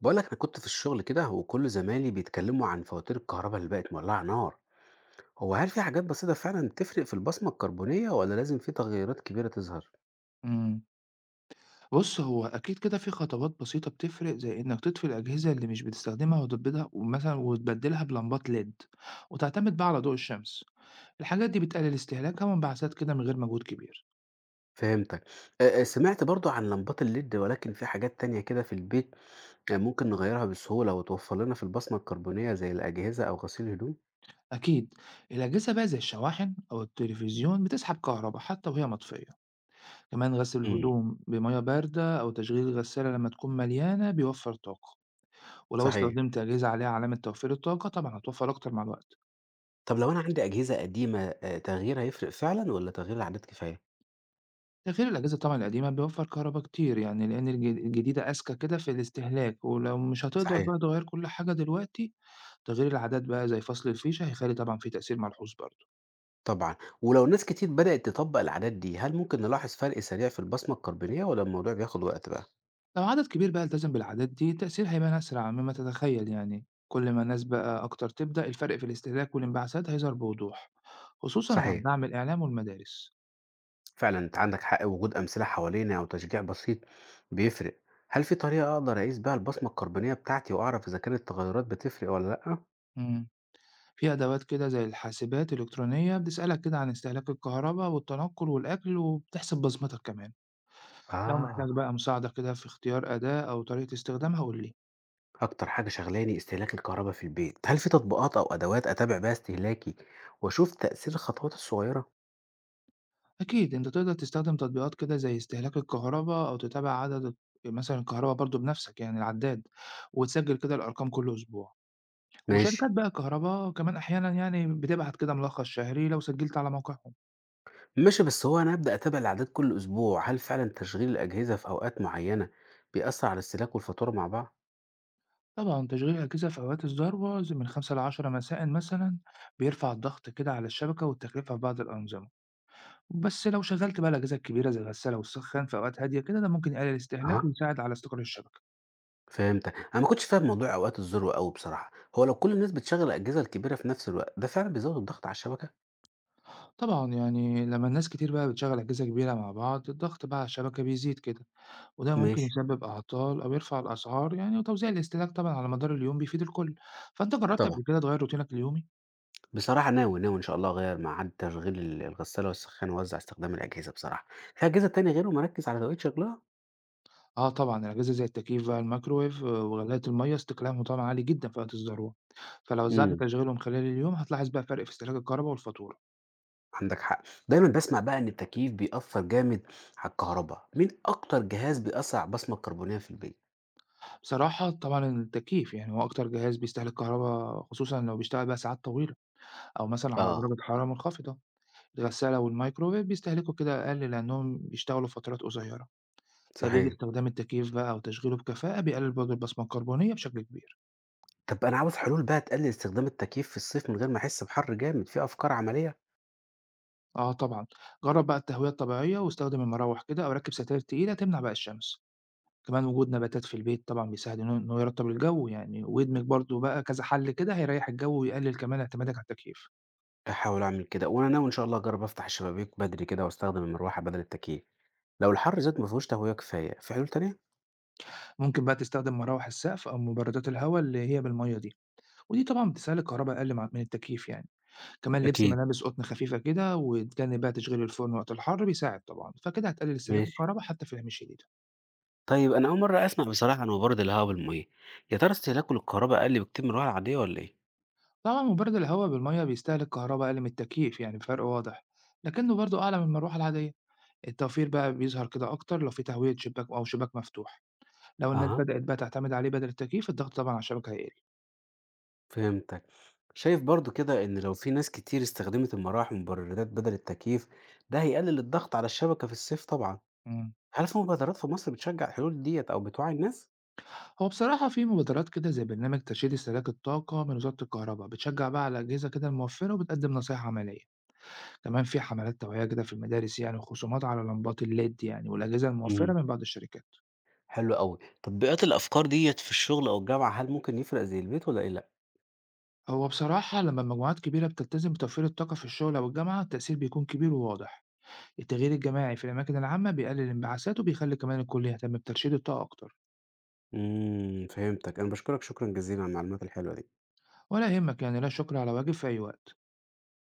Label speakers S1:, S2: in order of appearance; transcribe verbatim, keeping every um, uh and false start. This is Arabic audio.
S1: بقولك أنا كنت في الشغل كده وكل زمايلي بيتكلموا عن فواتير الكهرباء اللي بقت مولعة نار. هو هل في حاجات بسيطة فعلا تفرق في البصمة الكربونية ولا لازم في تغيرات كبيرة تظهر؟
S2: إمم. بُص، هو أكيد كده في خطوات بسيطة بتفرق، زي إنك تطفي الأجهزة اللي مش بتستخدمها وتبيضها ومثلًا وتبدلها بلمبات L E D وتعتمد بقى على ضوء الشمس. الحاجات دي بتقلل استهلاكها وانبعاثات كده من غير مجهود كبير.
S1: فهمتك. آه، آه، سمعت برضو عن لمبات الليد ولكن في حاجات تانية كده في البيت آه، ممكن نغيرها بسهولة وتوفر لنا في البصمة الكربونية زي الأجهزة أو غسيل الهدوم؟
S2: أكيد الأجهزة بقى زي الشواحن أو التلفزيون بتسحب كهربا حتى وهي مطفية. كمان غسل
S1: امم.
S2: الهدوم بمَيَّة باردة أو تشغيل الغسالة لما تكون مليانة بيوفر طاقة، ولو
S1: صحيح.
S2: استخدمت أجهزة عليها علامة توفير الطاقة طبعًا هتوفر أكتر مع الوقت.
S1: طب لو أنا عندي أجهزة قديمة آه، تغييرها يفرق فعلا ولا تغيير العادات كفاية؟
S2: تغيير الأجهزة طبعًا القديمة بيوفّر كهربا كتير، يعني لإن الج الجديدة أذكى كده في الاستهلاك، ولو مش هتقدر
S1: صحيح.
S2: بقى تغيّر كل حاجة دلوقتي، تغيير العادات بقى زي فصل الفيشة هيخلّي طبعًا في تأثير ملحوظ برضه.
S1: طبعًا، ولو ناس كتير بدأت تطبّق العادات دي، هل ممكن نلاحظ فرق سريع في البصمة الكربونية والّا الموضوع بياخد وقت بقى؟
S2: لو عدد كبير بقى التزم بالعادات دي، التأثير هيبان أسرع مما تتخيل يعني، كل ما ناس بقى أكتر تبدأ، الفرق في الاستهلاك والانبعاثات هيظهر بوضوح، خصوصًا مع
S1: صحيح،
S2: دعم الإعلام والمدارس.
S1: فعلًا أنت عندك حق، وجود أمثلة حوالينا أو تشجيع بسيط بيفرق. هل في طريقة أقدر أقيس بيها البصمة الكربونية بتاعتي وأعرف إذا كانت التغيرات بتفرق والّا لأ؟
S2: إمم، في أدوات كده زي الحاسبات الإلكترونية بتسألك كده عن استهلاك الكهربا والتنقل والأكل وبتحسب بصمتك كمان. لو محتاج
S1: آه،
S2: بقى مساعدة كده في اختيار أداة أو طريقة استخدامها قول لي.
S1: أكتر حاجة شاغلاني استهلاك الكهربا في البيت. هل في تطبيقات أو أدوات أتابع بيها استهلاكي وأشوف تأثير الخطوات الصغيرة؟
S2: أكيد أنت تقدر تستخدم تطبيقات كده زي استهلاك الكهرباء أو تتابع عدد الت- مثلا الكهرباء برضو بنفسك يعني العداد، وتسجل كده الأرقام كل أسبوع،
S1: ماشي.
S2: وشركات بقى الكهرباء كمان أحيانا يعني بتبعت كده ملخص شهري لو سجلت على موقعهم.
S1: ماشي، بس هو أنا أبدأ أتابع الأعداد كل أسبوع، هل فعلا تشغيل الأجهزة في أوقات معينة بيأثر على الاستهلاك والفاتورة مع بعض؟
S2: طبعا تشغيل الأجهزة في أوقات الذروة زي من خمسة لعشرة مساء مثلا بيرفع الضغط كده على الشبكة والتكلفة في بعض الأنظمة، بس لو شغلت بقى الأجهزة الكبيرة زي الغسالة والسخان في أوقات هادية كده ده ممكن يقلل الاستهلاك
S1: أها،
S2: ويساعد على استقرار الشبكة.
S1: فهمت. أنا ما كنتش فاهم موضوع أوقات الذروة أوي بصراحة، هو لو كل الناس بتشغل الأجهزة الكبيرة في نفس الوقت ده فعلا بيزود الضغط على الشبكة؟
S2: طبعًا، يعني لمّا الناس كتير بقى بتشغّل أجهزة كبيرة مع بعض، الضغط بقى على الشبكة بيزيد كده، وده ممكن
S1: ماشي.
S2: يسبب أعطال أو يرفع الأسعار يعني، وتوزيع الاستهلاك طبعًا على مدار اليوم بيفيد الكل. فأنت جرّبت
S1: طبعا،
S2: قبل كده تغيّر روتينك اليومي؟
S1: بصراحة ناوي ناوي إن شاء الله أغير مع عد تشغيل ال- الغسالة والسخان وأوزع استخدام الأجهزة، بصراحة في أجهزة تانية غيرهم أركز على طريقة شغلها؟
S2: آه طبعًا، الأجهزة زي التكييف بقى، الميكروويف آه، وغلاية المَيّة استهلاكهم طبعًا عالي جدًا في وقت الذروة، فلو وزّعت
S1: امم
S2: تشغيلهم خلال اليوم هتلاحظ بقى فرق في استهلاك الكهربا والفاتورة.
S1: عندك حق، دايما بسمع بقى إن التكييف بيأثر جامد على الكهرباء. مين أكتر جهاز بيأثر على البصمة الكربونية في البيت؟
S2: بصراحة طبعًا التكييف يعني هو أكتر جهاز بيستهلك كهربا خصوصًا لو بيشتغل بقى ساعات طويلة أو مثلًا على
S1: آه،
S2: درجة حرارة منخفضة. الغسالة والميكروويف بيستهلكوا كده أقل لأنهم بيشتغلوا فترات قصيرة، تقليل
S1: صحيح.
S2: استخدام التكييف بقى وتشغيله بكفاءة بيقلل برضه البصمة الكربونية بشكل كبير.
S1: طب أنا عاوز حلول بقى تقلل استخدام التكييف في الصيف من غير ما أحس بحر جامد، في أفكار عملية؟
S2: آه طبعا، جرب بقى التهوية الطبيعية واستخدم المراوح كده أو ركب ستاير تقيلة تمنع بقى الشمس. كمان وجود نباتات في البيت طبعا بيساعد إنه إنه يرطب الجو يعني، ويدمج برضه بقى كذا حل كده هيريح الجو ويقلل كمان اعتمادك على التكييف.
S1: هاحاول أعمل كده، وأنا ناوي إن شاء الله أجرب أفتح الشبابيك بدري كده وأستخدم المروحة بدل التكييف. لو الحر زاد ما فيهوش تهوية كفاية، في حلول تانية؟
S2: ممكن بقى تستخدم مراوح السقف أو مبردات الهواء اللي هي بالمية دي، ودي طبعا بتستهلك كهرباء أقل مع- من التكييف يعني. كمان لبس
S1: أكيد.
S2: ملابس قطن خفيفة كده وتجنب بقى تشغيل الفرن وقت الحر بيساعد طبعا، فكده هتقلل استهلاك
S1: ماشي.
S2: الكهرباء حتى في الأيام الشديدة.
S1: طيب أنا أول مرة أسمع بصراحة عن مبارد الهواء بالمية، يا ترى استهلاكه للكهرباء أقل بكتير من المروحة العادية ولا إيه؟
S2: طبعا مبرد الهواء بالمية بيستهلك كهرباء أقل من التكييف يعني بفرق واضح، لكنه برضه أعلى من المروحة العادية. التوفير بقى بيظهر كده أكتر لو في تهوية شباك أو شباك مفتوح. لو الناس
S1: أها،
S2: بدأت بقى تعتمد عليه بدل التكييف الضغط طبعا على الشبكة هيقل.
S1: فهمتك. شايف برضو كده إن لو في ناس كتير استخدمت المراوح والمبردات بدل التكييف، ده هيقلل الضغط على الشبكة في الصيف طبعا.
S2: مم.
S1: هل في مبادرات في مصر بتشجع الحلول ديّة أو بتوعّي الناس؟
S2: هو بصراحة في مبادرات كده زي برنامج ترشيد استهلاك الطاقة من وزارة الكهرباء بتشجع بقى على الأجهزة كده الموفرة وبتقدم نصايح عملية، كمان في حملات توعية كده في المدارس يعني، وخصومات على لمبات الليد يعني والأجهزة الموفرة
S1: إمم.
S2: من بعض الشركات.
S1: حلو أوي. تطبيقات الأفكار ديّة في الشغل أو الجامعة هل ممكن يفرق زي البيت والّا إيه لأ؟
S2: هو بصراحة لما مجموعات كبيرة بتلتزم بتوفير الطاقة في الشغل أو الجامعة التأثير بيكون كبير وواضح، التغيير الجماعي في الأماكن العامة بيقلل الانبعاثات وبيخلي كمان الكل يهتم بترشيد الطاقة أكتر.
S1: إمم، فهمتك. أنا باشكرك شكرًا جزيلًا على المعلومات الحلوة دي.
S2: ولا يهمك، يعني لا شكر على واجب في أي وقت.